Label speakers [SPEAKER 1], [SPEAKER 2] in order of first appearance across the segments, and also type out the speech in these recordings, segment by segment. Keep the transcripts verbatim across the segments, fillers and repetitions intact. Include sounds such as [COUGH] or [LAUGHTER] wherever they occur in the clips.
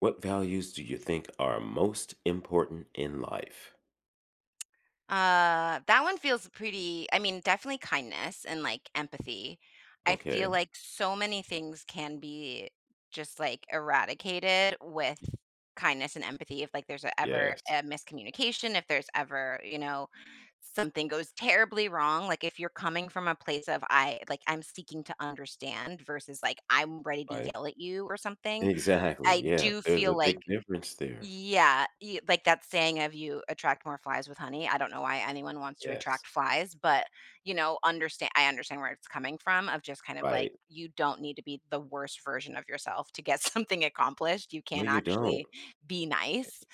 [SPEAKER 1] What values do you think are most important in life?
[SPEAKER 2] Uh, that one feels pretty I mean, definitely kindness and, like, empathy. I
[SPEAKER 1] Okay.
[SPEAKER 2] feel like so many things can be just, like, eradicated with
[SPEAKER 1] Y-
[SPEAKER 2] kindness and empathy if, like, there's a ever
[SPEAKER 1] Yes.
[SPEAKER 2] a miscommunication, if there's ever, you know, something goes terribly wrong, like, if you're coming from a place of, "I like, I'm seeking to understand," versus, like, "I'm ready to
[SPEAKER 1] Right.
[SPEAKER 2] yell at you," or something,
[SPEAKER 1] Exactly.
[SPEAKER 2] I
[SPEAKER 1] Yeah.
[SPEAKER 2] do
[SPEAKER 1] There's
[SPEAKER 2] feel
[SPEAKER 1] a big
[SPEAKER 2] like
[SPEAKER 1] difference there.
[SPEAKER 2] yeah, y like that saying of you attract more flies with honey. I don't know why anyone wants to attract
[SPEAKER 1] Yes.
[SPEAKER 2] flies, but, you know, understand I understand where it's coming from of just kind of like,
[SPEAKER 1] Right.
[SPEAKER 2] you don't need to be the worst version of yourself to get [LAUGHS] something accomplished. You
[SPEAKER 1] No,
[SPEAKER 2] can
[SPEAKER 1] you don't.
[SPEAKER 2] actually be nice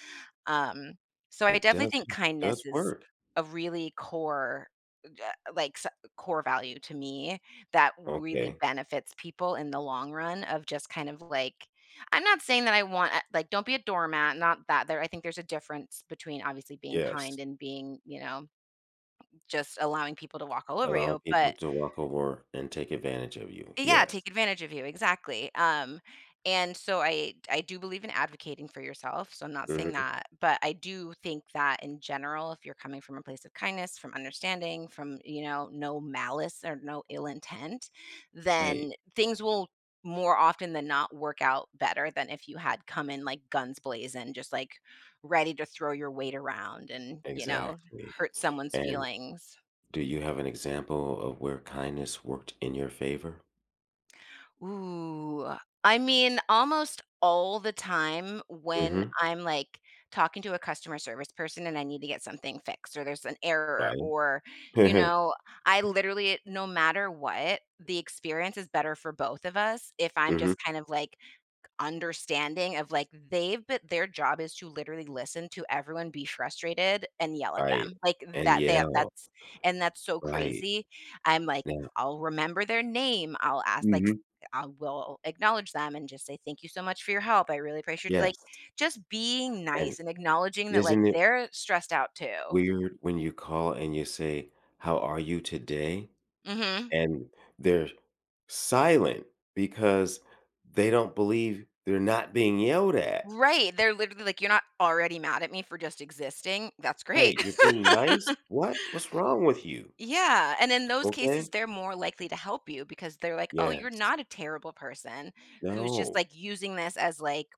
[SPEAKER 2] um, so I
[SPEAKER 1] It
[SPEAKER 2] definitely
[SPEAKER 1] does
[SPEAKER 2] think kindness
[SPEAKER 1] does
[SPEAKER 2] is
[SPEAKER 1] work.
[SPEAKER 2] a really core, uh, like s- core value to me that really
[SPEAKER 1] Okay.
[SPEAKER 2] benefits people in the long run of just kind of like I'm not saying that I want uh, like don't be a doormat, not that there I think there's a difference between obviously being
[SPEAKER 1] Yes.
[SPEAKER 2] kind and being, you know, just allowing people to walk all over
[SPEAKER 1] Allowing
[SPEAKER 2] you,
[SPEAKER 1] people
[SPEAKER 2] but
[SPEAKER 1] to walk over and take advantage of you.
[SPEAKER 2] yeah,
[SPEAKER 1] Yes.
[SPEAKER 2] take advantage of you, exactly, um, and so I I do believe in advocating for yourself, so I'm not saying
[SPEAKER 1] Mhm.
[SPEAKER 2] that, but I do think that in general, if you're coming from a place of kindness, from understanding, from, you know, no malice or no ill intent,
[SPEAKER 1] Right.
[SPEAKER 2] then things will more often than not work out better than if you had come in, like, guns blazing, just, like, ready to throw your weight around and, you know,
[SPEAKER 1] Exactly.
[SPEAKER 2] hurt someone's
[SPEAKER 1] And
[SPEAKER 2] feelings.
[SPEAKER 1] do you have an example of where kindness worked in your favor?
[SPEAKER 2] Ooh, I mean, almost all the time when
[SPEAKER 1] hmm
[SPEAKER 2] I'm, like, talking to a customer service person and I need to get something fixed or there's an error
[SPEAKER 1] Right.
[SPEAKER 2] or, you
[SPEAKER 1] [LAUGHS]
[SPEAKER 2] know, I literally no matter what, the experience is better for both of us if I'm
[SPEAKER 1] hmm
[SPEAKER 2] just kind of, like, understanding of like they've but their job is to literally listen to everyone be frustrated and yell at
[SPEAKER 1] Right.
[SPEAKER 2] them. Like
[SPEAKER 1] And
[SPEAKER 2] that
[SPEAKER 1] yeah.
[SPEAKER 2] that that's and that's so
[SPEAKER 1] Right.
[SPEAKER 2] crazy. I'm like,
[SPEAKER 1] Now
[SPEAKER 2] I'll remember their name. I'll ask like s-
[SPEAKER 1] Mhm.
[SPEAKER 2] I will acknowledge them and just say thank you so much for your help. I really appreciate
[SPEAKER 1] Yes,
[SPEAKER 2] like just being
[SPEAKER 1] and
[SPEAKER 2] nice and acknowledging that like
[SPEAKER 1] isn't it
[SPEAKER 2] they're stressed out too.
[SPEAKER 1] weird when you call and you say, "How are you today?"
[SPEAKER 2] Mhm.
[SPEAKER 1] And they're silent because they don't believe they're not being yelled at.
[SPEAKER 2] Right. They're literally like, you're not already mad at me for just existing. That's great.
[SPEAKER 1] Right. You're being nice?
[SPEAKER 2] [LAUGHS]
[SPEAKER 1] What? What's wrong with you?
[SPEAKER 2] Yeah, and in those cases,
[SPEAKER 1] Okay?
[SPEAKER 2] they're more likely to help you because they're like, "Oh, you're
[SPEAKER 1] Yes.
[SPEAKER 2] not a terrible person who's just,
[SPEAKER 1] No.
[SPEAKER 2] like, using this as, like,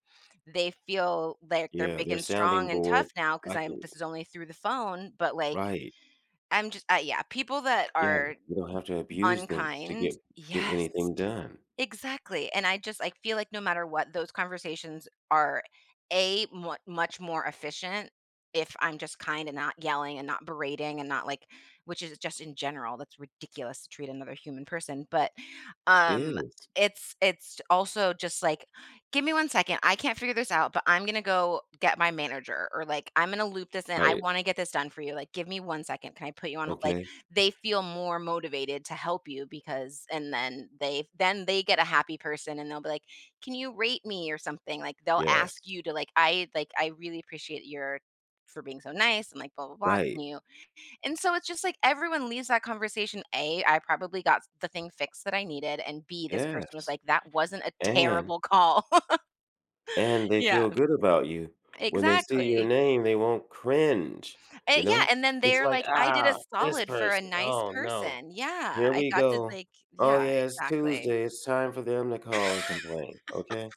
[SPEAKER 2] they feel like they're
[SPEAKER 1] Yeah,
[SPEAKER 2] big
[SPEAKER 1] they're
[SPEAKER 2] and
[SPEAKER 1] sounding
[SPEAKER 2] strong and tough
[SPEAKER 1] board.
[SPEAKER 2] now." Because 'cause
[SPEAKER 1] I
[SPEAKER 2] I'm
[SPEAKER 1] can
[SPEAKER 2] this is only through the phone," but, like,
[SPEAKER 1] Right.
[SPEAKER 2] I'm just uh, yeah, people that
[SPEAKER 1] Yeah,
[SPEAKER 2] are
[SPEAKER 1] you don't have to abuse them to
[SPEAKER 2] unkind.
[SPEAKER 1] get get
[SPEAKER 2] Yes.
[SPEAKER 1] anything done.
[SPEAKER 2] Exactly, and I just I feel like no matter what, those conversations are, A, mu much more efficient if I'm just kind and not yelling and not berating and not, like which is just in general, that's ridiculous to treat another human person, but
[SPEAKER 1] It
[SPEAKER 2] um,
[SPEAKER 1] is.
[SPEAKER 2] it's it's also just like, "Give me one second, I can't figure this out, but I'm gonna go get my manager," or like, "I'm gonna loop this in, I
[SPEAKER 1] Right.
[SPEAKER 2] wanna get this done for you, like, give me one second, can I put you on h" like,
[SPEAKER 1] Okay.
[SPEAKER 2] they feel more motivated to help you because and then they then they get a happy person and they'll be like, "Can you rate me?" or something, like, they'll
[SPEAKER 1] Yes.
[SPEAKER 2] ask you to like, "I like, I really appreciate your for being so nice," and like, "Blah, blah, blah, can
[SPEAKER 1] Right.
[SPEAKER 2] you" And so it's just like everyone leaves that conversation. A, I probably got the thing fixed that I needed. And B, this person was
[SPEAKER 1] Yes.
[SPEAKER 2] like, that wasn't a
[SPEAKER 1] And
[SPEAKER 2] terrible call. [LAUGHS]
[SPEAKER 1] and they
[SPEAKER 2] Yeah.
[SPEAKER 1] feel good about you. When they see your
[SPEAKER 2] Exactly.
[SPEAKER 1] name, they won't cringe, you
[SPEAKER 2] Eh, yeah.
[SPEAKER 1] know?
[SPEAKER 2] And then
[SPEAKER 1] It's
[SPEAKER 2] they're
[SPEAKER 1] like,
[SPEAKER 2] like, I did a
[SPEAKER 1] "Ah, this
[SPEAKER 2] solid for a
[SPEAKER 1] person.
[SPEAKER 2] nice
[SPEAKER 1] Oh, no.
[SPEAKER 2] person. Yeah.
[SPEAKER 1] Here
[SPEAKER 2] I
[SPEAKER 1] we
[SPEAKER 2] got to
[SPEAKER 1] go.
[SPEAKER 2] like,
[SPEAKER 1] Oh,
[SPEAKER 2] yeah,
[SPEAKER 1] yeah, it's
[SPEAKER 2] exactly.
[SPEAKER 1] Tuesday. It's time for them to call and complain." Okay?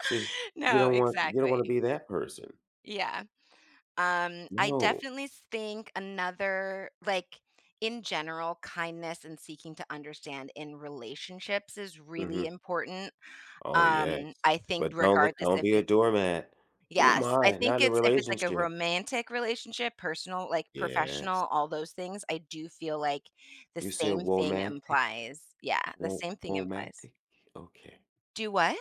[SPEAKER 1] See,
[SPEAKER 2] [LAUGHS]
[SPEAKER 1] you
[SPEAKER 2] No,
[SPEAKER 1] don't want you don't
[SPEAKER 2] exactly.
[SPEAKER 1] wanna be that person.
[SPEAKER 2] Yeah. Um, I
[SPEAKER 1] No.
[SPEAKER 2] definitely think another, like, in general, kindness and seeking to understand in relationships is really
[SPEAKER 1] Mhm.
[SPEAKER 2] important.
[SPEAKER 1] Oh, yes.
[SPEAKER 2] Um, I think
[SPEAKER 1] But don't look
[SPEAKER 2] regardless
[SPEAKER 1] don't
[SPEAKER 2] if
[SPEAKER 1] be a
[SPEAKER 2] it's
[SPEAKER 1] doormat. "Oh
[SPEAKER 2] Yes, I
[SPEAKER 1] my, not
[SPEAKER 2] think
[SPEAKER 1] in a
[SPEAKER 2] it's if it's like a
[SPEAKER 1] relationship."
[SPEAKER 2] romantic relationship, personal, like
[SPEAKER 1] Yes.
[SPEAKER 2] professional, all those things, I do feel like the
[SPEAKER 1] You said
[SPEAKER 2] same thing
[SPEAKER 1] romantic.
[SPEAKER 2] implies. Yeah,
[SPEAKER 1] Wo
[SPEAKER 2] the same thing implies.
[SPEAKER 1] womantic? Okay.
[SPEAKER 2] Do what?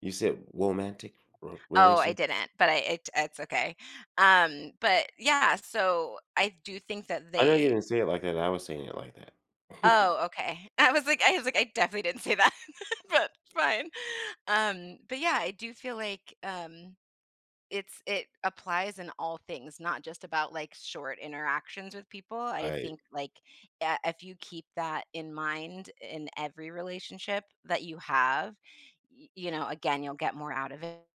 [SPEAKER 1] You said romantic r
[SPEAKER 2] Oh, I
[SPEAKER 1] relationship?
[SPEAKER 2] didn't, but I it it's okay. Um, but yeah, so I do think that
[SPEAKER 1] I know you
[SPEAKER 2] they
[SPEAKER 1] didn't say it like that, I was saying it like that. [LAUGHS]
[SPEAKER 2] Oh, okay. [LAUGHS] I was like I was like, I definitely didn't say that, [LAUGHS] but fine. Um, but yeah, I do feel like, um it's it applies in all things, not just about, like, short interactions with people. I
[SPEAKER 1] I
[SPEAKER 2] think, like, I if you keep that in mind in every relationship that you have, y you know, again, you'll get more out of it.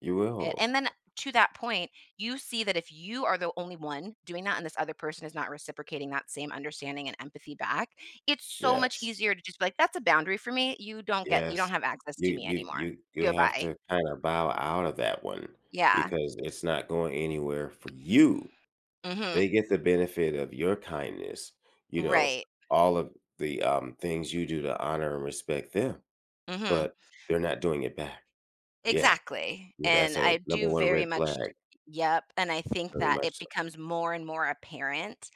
[SPEAKER 1] you will.
[SPEAKER 2] And then to that point, you see that if you are the only one doing that and this other person is not reciprocating that same understanding and empathy back, it's so much
[SPEAKER 1] Yes.
[SPEAKER 2] easier to just be like, "That's a boundary for me. You don't get you don't
[SPEAKER 1] Yes.
[SPEAKER 2] have access to
[SPEAKER 1] You
[SPEAKER 2] me
[SPEAKER 1] you
[SPEAKER 2] anymore.
[SPEAKER 1] you you have
[SPEAKER 2] Goodbye."
[SPEAKER 1] to kinda bow out of that one
[SPEAKER 2] Yeah.
[SPEAKER 1] because it's not going anywhere for you. They
[SPEAKER 2] Mhm.
[SPEAKER 1] get the benefit of your kindness, you know,
[SPEAKER 2] Right.
[SPEAKER 1] all of the, um, things you do to honor and respect them,
[SPEAKER 2] Mhm.
[SPEAKER 1] but they're not doing it back. Yeah.
[SPEAKER 2] Exactly,
[SPEAKER 1] Yeah,
[SPEAKER 2] and
[SPEAKER 1] that's a
[SPEAKER 2] I
[SPEAKER 1] number
[SPEAKER 2] do
[SPEAKER 1] one
[SPEAKER 2] very
[SPEAKER 1] red
[SPEAKER 2] much
[SPEAKER 1] flag,
[SPEAKER 2] Yep, and I think
[SPEAKER 1] very
[SPEAKER 2] that it
[SPEAKER 1] much
[SPEAKER 2] becomes more and more apparent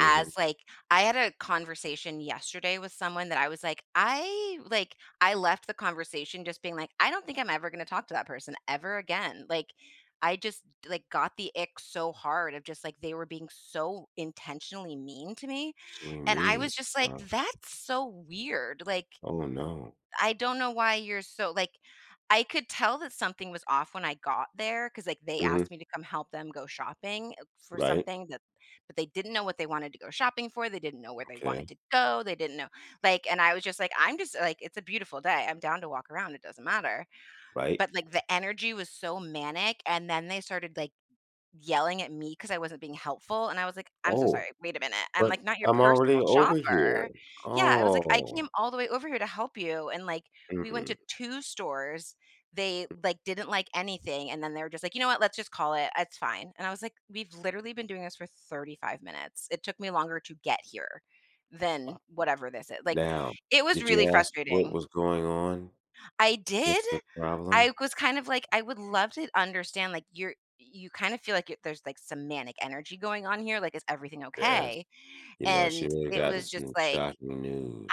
[SPEAKER 2] as, like I had a conversation yesterday with someone that I was like, "I" like, I left the conversation just being like, "I don't think I'm ever gonna talk to that person ever again." Like, I just, like, got the ick so hard of just, like, they were being so intentionally mean to me,
[SPEAKER 1] Actually
[SPEAKER 2] and I
[SPEAKER 1] mean,
[SPEAKER 2] was just like,
[SPEAKER 1] uh,
[SPEAKER 2] "That's so weird." Like
[SPEAKER 1] oh, no.
[SPEAKER 2] I don't know why you're so like, I could tell that something was off when I got there because like, they
[SPEAKER 1] Mhm.
[SPEAKER 2] asked me to come help them go shopping, uh, for
[SPEAKER 1] Right,
[SPEAKER 2] something that but they didn't know what they wanted to go shopping for, they didn't know where they wanted
[SPEAKER 1] okay,
[SPEAKER 2] to go, they didn't know like, and I was just like, "I'm just like, it's a beautiful day, I'm down to walk around, it doesn't matter."
[SPEAKER 1] right.
[SPEAKER 2] But, like, the energy was so manic, and then they started, like yelling at me because I wasn't being helpful, and I was like, "I'm so
[SPEAKER 1] Oh,
[SPEAKER 2] sorry, wait a minute, I'm,
[SPEAKER 1] but
[SPEAKER 2] like, not your [LAUGHS]
[SPEAKER 1] I'm
[SPEAKER 2] personal
[SPEAKER 1] already over here.
[SPEAKER 2] shopper." Yeah, I was like, "I came
[SPEAKER 1] Oh,
[SPEAKER 2] all the way over here to help you," and, like, we went
[SPEAKER 1] mm,
[SPEAKER 2] to two stores, they, like, didn't like anything, and then they were just like, "You know what, let's just call it, it's fine," and I was like, "We've literally been doing this for thirty-five minutes, it took me longer to get here
[SPEAKER 1] wow.
[SPEAKER 2] than whatever this is," like,
[SPEAKER 1] Now,
[SPEAKER 2] it was
[SPEAKER 1] did
[SPEAKER 2] really
[SPEAKER 1] you ask what
[SPEAKER 2] frustrating.
[SPEAKER 1] was going on?
[SPEAKER 2] I did.
[SPEAKER 1] What's the
[SPEAKER 2] I
[SPEAKER 1] problem?
[SPEAKER 2] was kind of like, I would love to understand, like, you're you kind of feel like it there's, like, some manic energy going on here, like, is everything
[SPEAKER 1] Yes.
[SPEAKER 2] okay?
[SPEAKER 1] You know, she
[SPEAKER 2] And
[SPEAKER 1] may have
[SPEAKER 2] it
[SPEAKER 1] gotten
[SPEAKER 2] was just
[SPEAKER 1] some
[SPEAKER 2] like,
[SPEAKER 1] shocking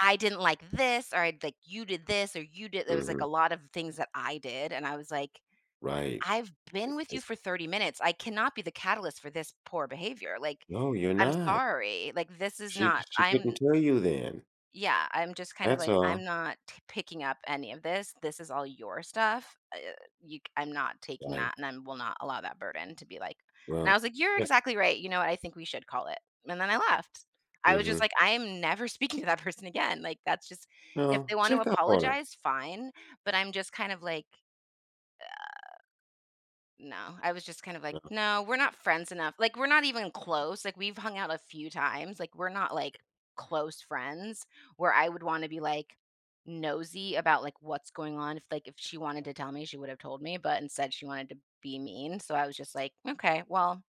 [SPEAKER 2] I didn't like this, or I'd like, you did this, or you did there was, like,
[SPEAKER 1] Mhm,
[SPEAKER 2] a lot of things that I did, and I was like,
[SPEAKER 1] right.
[SPEAKER 2] "I've been with you
[SPEAKER 1] it's
[SPEAKER 2] for thirty minutes, I cannot be the catalyst for this poor behavior, like,
[SPEAKER 1] no, you're
[SPEAKER 2] I'm
[SPEAKER 1] not.
[SPEAKER 2] sorry, like, this is
[SPEAKER 1] She
[SPEAKER 2] not
[SPEAKER 1] she couldn't
[SPEAKER 2] I'm
[SPEAKER 1] tell you then.
[SPEAKER 2] yeah, I'm just kind of
[SPEAKER 1] That's
[SPEAKER 2] like,
[SPEAKER 1] all.
[SPEAKER 2] "I'm not t picking up any of this. This is all your stuff. Uh, you I I'm not taking
[SPEAKER 1] Right.
[SPEAKER 2] that, and I will not allow that burden to be like" and I
[SPEAKER 1] Well,
[SPEAKER 2] was like, "You're
[SPEAKER 1] check
[SPEAKER 2] exactly right. You know what? I think we should call it." And then I left. I was just
[SPEAKER 1] mhm.
[SPEAKER 2] like, "I am never [LAUGHS] speaking to that person again." Like, that's just if
[SPEAKER 1] No,
[SPEAKER 2] they want to
[SPEAKER 1] check up on her.
[SPEAKER 2] apologize, fine, but I'm just kind of like no, I was just kind of like,
[SPEAKER 1] No,
[SPEAKER 2] "No, we're not friends enough." Like, we're not even close, like, we've hung out a few times, like, we're not, like, close friends where I would wanna be, like, nosy about, like, what's going on. If, like, if she wanted to tell me, she would have told me, but instead she wanted to be mean, so I was just like, "Okay, well,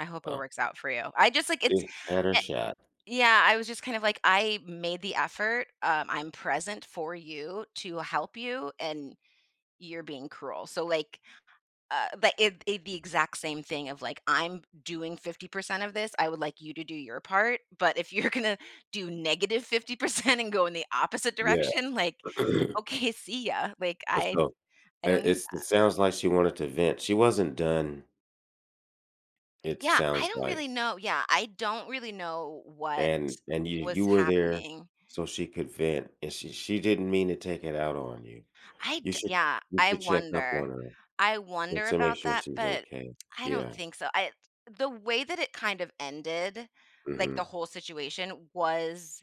[SPEAKER 2] I hope it
[SPEAKER 1] well
[SPEAKER 2] works out for you." I just like, it's
[SPEAKER 1] It had her
[SPEAKER 2] eh.
[SPEAKER 1] shot.
[SPEAKER 2] Yeah, I was just kind of like, "I made the effort, um, I'm present for you to help you, and you're being cruel." So, like uh, but it it the exact same thing of like, "I'm doing fifty percent of this, I would like you to do your part, but if you're [LAUGHS] gonna do fifty percent and go in the opposite
[SPEAKER 1] Yeah.
[SPEAKER 2] direction, like,
[SPEAKER 1] [CLEARS THROAT]
[SPEAKER 2] okay, see ya." Like,
[SPEAKER 1] But
[SPEAKER 2] I
[SPEAKER 1] so,
[SPEAKER 2] I
[SPEAKER 1] I
[SPEAKER 2] don't need
[SPEAKER 1] it's it
[SPEAKER 2] that.
[SPEAKER 1] sounds like she wanted to vent. She wasn't done, it
[SPEAKER 2] Yeah, I
[SPEAKER 1] sounds
[SPEAKER 2] don't
[SPEAKER 1] like,
[SPEAKER 2] really know yeah, I don't really know what
[SPEAKER 1] and and you
[SPEAKER 2] was
[SPEAKER 1] you were there
[SPEAKER 2] happening.
[SPEAKER 1] so she could vent, and she she didn't mean to take it out on you.
[SPEAKER 2] I
[SPEAKER 1] You
[SPEAKER 2] d
[SPEAKER 1] should
[SPEAKER 2] yeah,
[SPEAKER 1] you
[SPEAKER 2] I
[SPEAKER 1] should check up on
[SPEAKER 2] wonder.
[SPEAKER 1] her
[SPEAKER 2] I wonder
[SPEAKER 1] just to make
[SPEAKER 2] about
[SPEAKER 1] sure
[SPEAKER 2] that,
[SPEAKER 1] she's
[SPEAKER 2] but
[SPEAKER 1] okay.
[SPEAKER 2] I don't
[SPEAKER 1] Yeah.
[SPEAKER 2] think so. I The way that it kind of ended, like, the
[SPEAKER 1] Mhm.
[SPEAKER 2] whole situation was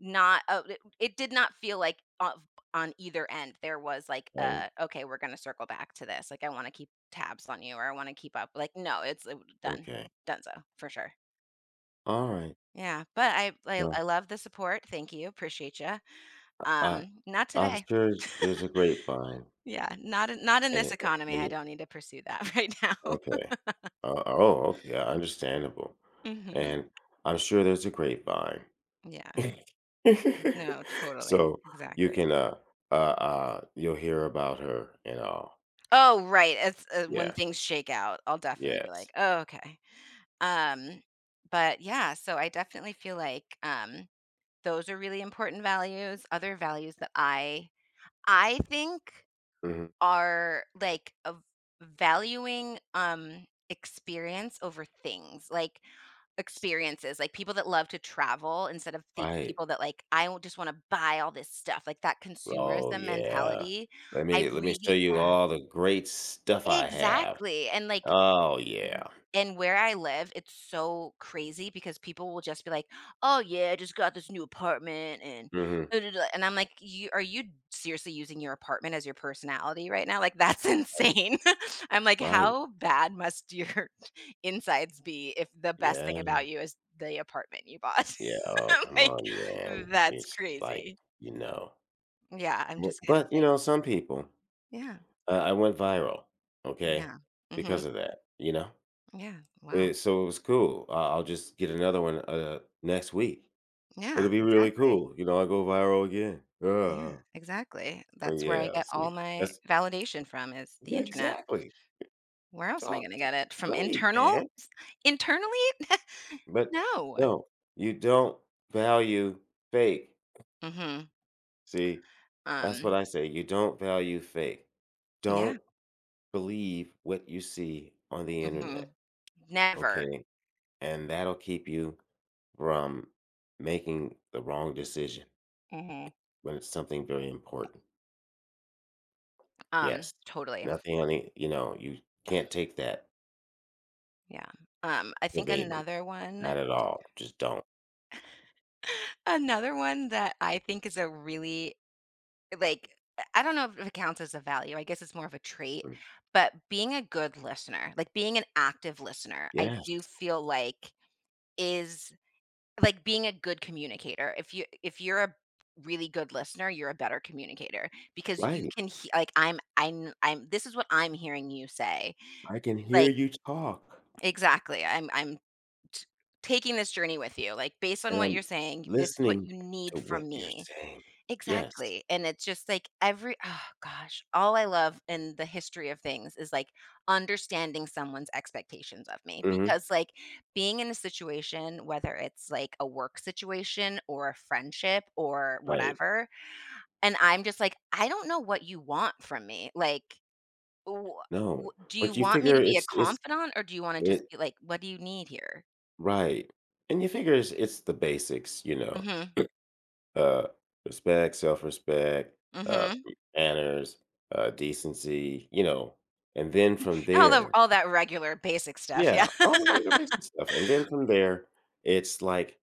[SPEAKER 2] not, oh, it it did not feel like of on either end, there was like,
[SPEAKER 1] Right.
[SPEAKER 2] uh, "Okay, we're gonna circle back to this." Like, "I wanna keep tabs on you," or, "I wanna keep up." Like, no, it's it done.
[SPEAKER 1] Okay.
[SPEAKER 2] Done, so for sure.
[SPEAKER 1] Alright.
[SPEAKER 2] Yeah, but I I I
[SPEAKER 1] Well,
[SPEAKER 2] love the support, thank you, appreciate you. Um,
[SPEAKER 1] I
[SPEAKER 2] Not
[SPEAKER 1] I'm
[SPEAKER 2] today.
[SPEAKER 1] sure there's a
[SPEAKER 2] [LAUGHS]
[SPEAKER 1] grapevine,
[SPEAKER 2] Yeah, not in not in
[SPEAKER 1] and
[SPEAKER 2] this economy,
[SPEAKER 1] and
[SPEAKER 2] I don't need to pursue that [LAUGHS] right now.
[SPEAKER 1] Okay. Uh, oh, okay, yeah, understandable,
[SPEAKER 2] Mhm.
[SPEAKER 1] and I'm sure there's a grapevine.
[SPEAKER 2] Yeah.
[SPEAKER 1] [LAUGHS]
[SPEAKER 2] No, totally,
[SPEAKER 1] So, you
[SPEAKER 2] exactly.
[SPEAKER 1] can, uh uh uh, you'll hear about her and all.
[SPEAKER 2] Oh, right, it's, uh, when
[SPEAKER 1] Yeah,
[SPEAKER 2] things shake out, I'll definitely be like,
[SPEAKER 1] yes.
[SPEAKER 2] "Oh, okay." Um, but yeah, so I definitely feel like um those are really important values. Other values that I I think
[SPEAKER 1] Mhm,
[SPEAKER 2] are like of valuing um experience over things. Like experiences, like people that love to travel instead of the
[SPEAKER 1] right.
[SPEAKER 2] people that like i w- just want to buy all this stuff, like that
[SPEAKER 1] Oh,
[SPEAKER 2] consumerism
[SPEAKER 1] yeah.
[SPEAKER 2] mentality.
[SPEAKER 1] Let
[SPEAKER 2] i
[SPEAKER 1] me let me show
[SPEAKER 2] really
[SPEAKER 1] you
[SPEAKER 2] yeah
[SPEAKER 1] all the great stuff I have.
[SPEAKER 2] exactly, and like
[SPEAKER 1] Oh, yeah.
[SPEAKER 2] W and where I live, it's so crazy because people will just be like, "Oh, yeah, I just got this new apartment," and
[SPEAKER 1] Mhm,
[SPEAKER 2] da, da, da," and I'm like, "You are you seriously using your apartment as your personality right now? Like, that's [LAUGHS]
[SPEAKER 1] right,
[SPEAKER 2] insane." [LAUGHS] I'm like,
[SPEAKER 1] right.
[SPEAKER 2] "How bad must your [LAUGHS] insides be if the best thing
[SPEAKER 1] Yeah,
[SPEAKER 2] about you is the apartment you bought?"
[SPEAKER 1] yeah.
[SPEAKER 2] [LAUGHS]
[SPEAKER 1] Oh,
[SPEAKER 2] I'm
[SPEAKER 1] come
[SPEAKER 2] like,
[SPEAKER 1] on, man.
[SPEAKER 2] "That's
[SPEAKER 1] It's like,
[SPEAKER 2] crazy."
[SPEAKER 1] you know.
[SPEAKER 2] Yeah, I'm
[SPEAKER 1] Bu
[SPEAKER 2] just kind of
[SPEAKER 1] but, you
[SPEAKER 2] like,
[SPEAKER 1] know, some people
[SPEAKER 2] yeah,
[SPEAKER 1] Uh, I went viral, okay,
[SPEAKER 2] yeah.
[SPEAKER 1] because
[SPEAKER 2] Mhm.
[SPEAKER 1] of that, you know?
[SPEAKER 2] Yeah, wow.
[SPEAKER 1] Eh, so it was cool. I I'll just get another one, uh, next week.
[SPEAKER 2] Yeah,
[SPEAKER 1] It'll be really
[SPEAKER 2] exactly.
[SPEAKER 1] cool, you know, I go viral again.
[SPEAKER 2] Yeah,
[SPEAKER 1] Uh,
[SPEAKER 2] exactly.
[SPEAKER 1] but
[SPEAKER 2] That's where I
[SPEAKER 1] yeah,
[SPEAKER 2] get all
[SPEAKER 1] see,
[SPEAKER 2] my
[SPEAKER 1] that's
[SPEAKER 2] validation from, is the
[SPEAKER 1] Yeah,
[SPEAKER 2] internet.
[SPEAKER 1] exactly.
[SPEAKER 2] Where else am I
[SPEAKER 1] Talk
[SPEAKER 2] gonna get
[SPEAKER 1] it's
[SPEAKER 2] it? From
[SPEAKER 1] great,
[SPEAKER 2] internal?
[SPEAKER 1] man.
[SPEAKER 2] S- Internally? [LAUGHS]
[SPEAKER 1] But
[SPEAKER 2] No.
[SPEAKER 1] no, you don't value fake.
[SPEAKER 2] Hmm.
[SPEAKER 1] See, that's what
[SPEAKER 2] Um,
[SPEAKER 1] I say, you don't value fake.
[SPEAKER 2] yeah.
[SPEAKER 1] Don't believe what you see on the
[SPEAKER 2] Hmm.
[SPEAKER 1] internet,
[SPEAKER 2] Never.
[SPEAKER 1] okay? And that'll keep you from making the wrong decision
[SPEAKER 2] Hmm.
[SPEAKER 1] when it's something very important.
[SPEAKER 2] Um,
[SPEAKER 1] Yes.
[SPEAKER 2] totally.
[SPEAKER 1] Nothing on the you know, you can't take that
[SPEAKER 2] Yeah. Um, I think
[SPEAKER 1] verbatim.
[SPEAKER 2] another
[SPEAKER 1] Not
[SPEAKER 2] one,
[SPEAKER 1] at all. Just don't.
[SPEAKER 2] Another one that I think is a really, like, I don't know if it counts as a value. I guess it's more of a trait,
[SPEAKER 1] Mm.
[SPEAKER 2] but being a good listener, like being an active listener, I
[SPEAKER 1] Yes,
[SPEAKER 2] do feel like is like being a good communicator. If you if you're a really good listener, you're a better communicator, because you
[SPEAKER 1] right.
[SPEAKER 2] can he like I'm I'm I'm this is what I'm hearing you say.
[SPEAKER 1] I can hear
[SPEAKER 2] Like,
[SPEAKER 1] you talk,
[SPEAKER 2] exactly. I'm I'm t Taking this journey with you. Like, based on
[SPEAKER 1] and
[SPEAKER 2] what
[SPEAKER 1] I'm
[SPEAKER 2] you're saying, this is what
[SPEAKER 1] listening
[SPEAKER 2] you need
[SPEAKER 1] to what
[SPEAKER 2] from
[SPEAKER 1] you're
[SPEAKER 2] me.
[SPEAKER 1] saying. Yes.
[SPEAKER 2] Exactly, and it's just like, every, oh gosh, all I love in the history of things is, like, understanding someone's expectations of me,
[SPEAKER 1] Mhm.
[SPEAKER 2] because, like, being in a situation, whether it's, like, a work situation or a friendship or
[SPEAKER 1] Right.
[SPEAKER 2] whatever, and I'm just like, "I don't know what you want from me." Like, "Wha wha
[SPEAKER 1] No.
[SPEAKER 2] do you
[SPEAKER 1] But you
[SPEAKER 2] want me
[SPEAKER 1] figure
[SPEAKER 2] to be a
[SPEAKER 1] it's it's
[SPEAKER 2] confidant, or do you wanna just
[SPEAKER 1] it
[SPEAKER 2] be like, what do you need here?'"
[SPEAKER 1] right. And you figure it's it's the basics, you know.
[SPEAKER 2] Mhm,
[SPEAKER 1] Uh, respect, self-respect, uh,
[SPEAKER 2] mhm.
[SPEAKER 1] manners, uh, decency, you know, and then from
[SPEAKER 2] All the
[SPEAKER 1] there
[SPEAKER 2] all that regular basic stuff,
[SPEAKER 1] yeah,
[SPEAKER 2] yeah.
[SPEAKER 1] all the regular
[SPEAKER 2] [LAUGHS]
[SPEAKER 1] basic stuff, and then from there, it's like,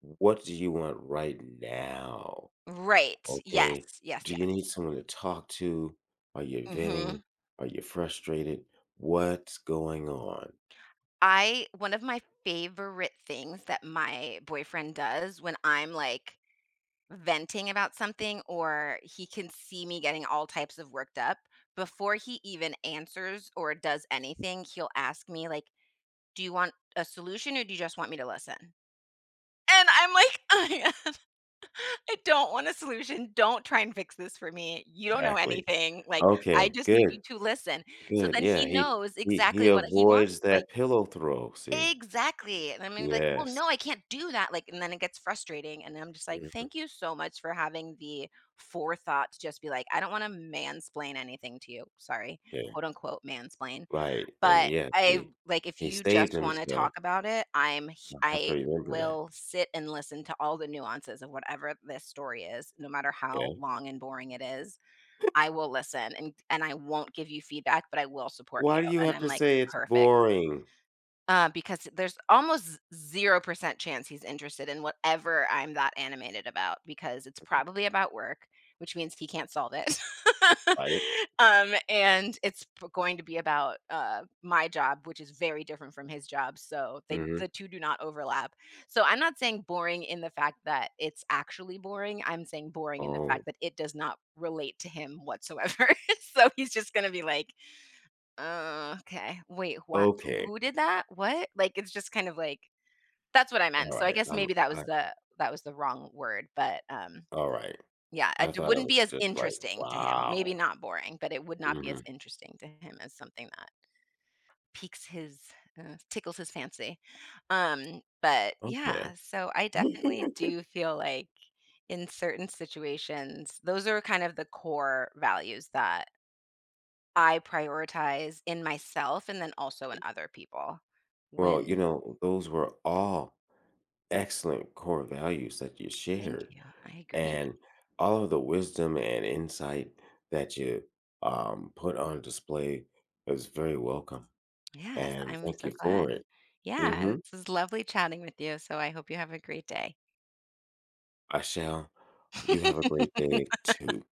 [SPEAKER 1] what do you want right now,
[SPEAKER 2] Right,
[SPEAKER 1] okay?
[SPEAKER 2] yes, yes.
[SPEAKER 1] Do you need someone to talk to? Are you venting?
[SPEAKER 2] Mhm.
[SPEAKER 1] Are you frustrated? What's going on?
[SPEAKER 2] I One of my favorite things that my boyfriend does when I'm, like, venting about something, or he can see me getting all types of worked up, before he even answers or does anything, he'll ask me, like, "Do you want a solution, or do you just want me to listen?" And I'm like, [LAUGHS] I don't want a solution, don't try and fix this for me, you don't know
[SPEAKER 1] Exactly.
[SPEAKER 2] anything, like, I
[SPEAKER 1] Okay,
[SPEAKER 2] just need
[SPEAKER 1] good,
[SPEAKER 2] you to listen." So
[SPEAKER 1] good,
[SPEAKER 2] then
[SPEAKER 1] yeah,
[SPEAKER 2] he
[SPEAKER 1] he
[SPEAKER 2] knows
[SPEAKER 1] he he
[SPEAKER 2] exactly what he wants,
[SPEAKER 1] avoids
[SPEAKER 2] like,
[SPEAKER 1] that pillow throw, see?
[SPEAKER 2] exactly, and I'm gonna be like, "Well,
[SPEAKER 1] Yes,
[SPEAKER 2] no, I can't do that," like, and then it gets frustrating, and I'm just like,
[SPEAKER 1] mhm.
[SPEAKER 2] "Thank you so much for having the forethought to just be like, I do 'I don't wanna mansplain anything to you.'" Sorry, quote, unquote, "mansplain,"
[SPEAKER 1] Right, and
[SPEAKER 2] but
[SPEAKER 1] yes,
[SPEAKER 2] I
[SPEAKER 1] he
[SPEAKER 2] like, if
[SPEAKER 1] he
[SPEAKER 2] you
[SPEAKER 1] saved
[SPEAKER 2] just wanna
[SPEAKER 1] himself.
[SPEAKER 2] talk about it, I'm h
[SPEAKER 1] I have to
[SPEAKER 2] I
[SPEAKER 1] remember that,
[SPEAKER 2] will sit and listen to all the nuances of whatever this story is, no matter how
[SPEAKER 1] okay.
[SPEAKER 2] long and boring it is. I will listen, and and I won't give you feedback, but I will support you,
[SPEAKER 1] Why do you
[SPEAKER 2] and
[SPEAKER 1] have
[SPEAKER 2] I'm
[SPEAKER 1] to
[SPEAKER 2] like,
[SPEAKER 1] say it's
[SPEAKER 2] "Perfect."
[SPEAKER 1] boring?
[SPEAKER 2] Uh, because there's almost zero percent chance he's interested in whatever I'm that animated about, because it's probably about work, which means he can't solve it.
[SPEAKER 1] Right?
[SPEAKER 2] [LAUGHS] Um, and it's p- going to be about uh, my job, which is very different from his job. So they
[SPEAKER 1] Mhm.
[SPEAKER 2] the two do not overlap. So I'm not saying boring in the fact that it's actually boring. I'm saying boring in the
[SPEAKER 1] Oh,
[SPEAKER 2] fact that it does not relate to him whatsoever. [LAUGHS] So he's just going to be like, uh, okay. Wait, what?
[SPEAKER 1] okay.
[SPEAKER 2] Who did that? What? Like, it's just kind of like that's what I meant. So I
[SPEAKER 1] Alright,
[SPEAKER 2] guess
[SPEAKER 1] I'm
[SPEAKER 2] maybe that
[SPEAKER 1] I
[SPEAKER 2] was the that was the wrong word, but um,
[SPEAKER 1] alright.
[SPEAKER 2] yeah,
[SPEAKER 1] I
[SPEAKER 2] it d-
[SPEAKER 1] thought it
[SPEAKER 2] wouldn't be
[SPEAKER 1] was
[SPEAKER 2] as
[SPEAKER 1] just like,
[SPEAKER 2] interesting to him.
[SPEAKER 1] wow.
[SPEAKER 2] Maybe not boring, but it would not be as
[SPEAKER 1] Mhm.
[SPEAKER 2] interesting to him as something that piques his uh, tickles his fancy. Um, but yeah,
[SPEAKER 1] Okay.
[SPEAKER 2] so I definitely
[SPEAKER 1] [LAUGHS]
[SPEAKER 2] do feel like in certain situations, those are kind of the core values that I prioritize in myself and then also in other people
[SPEAKER 1] Well, you
[SPEAKER 2] when...
[SPEAKER 1] know, those were all excellent core values that you
[SPEAKER 2] Thank
[SPEAKER 1] shared,
[SPEAKER 2] you, I agree.
[SPEAKER 1] and all of the wisdom and insight that you, um, put on display is very welcome.
[SPEAKER 2] Yes,
[SPEAKER 1] And
[SPEAKER 2] I'm
[SPEAKER 1] thank
[SPEAKER 2] so
[SPEAKER 1] you for
[SPEAKER 2] glad.
[SPEAKER 1] it.
[SPEAKER 2] Yeah,
[SPEAKER 1] Mhm.
[SPEAKER 2] this is lovely chatting with you, so I hope you have a great day.
[SPEAKER 1] I shall. You have a great day
[SPEAKER 2] [LAUGHS]
[SPEAKER 1] too.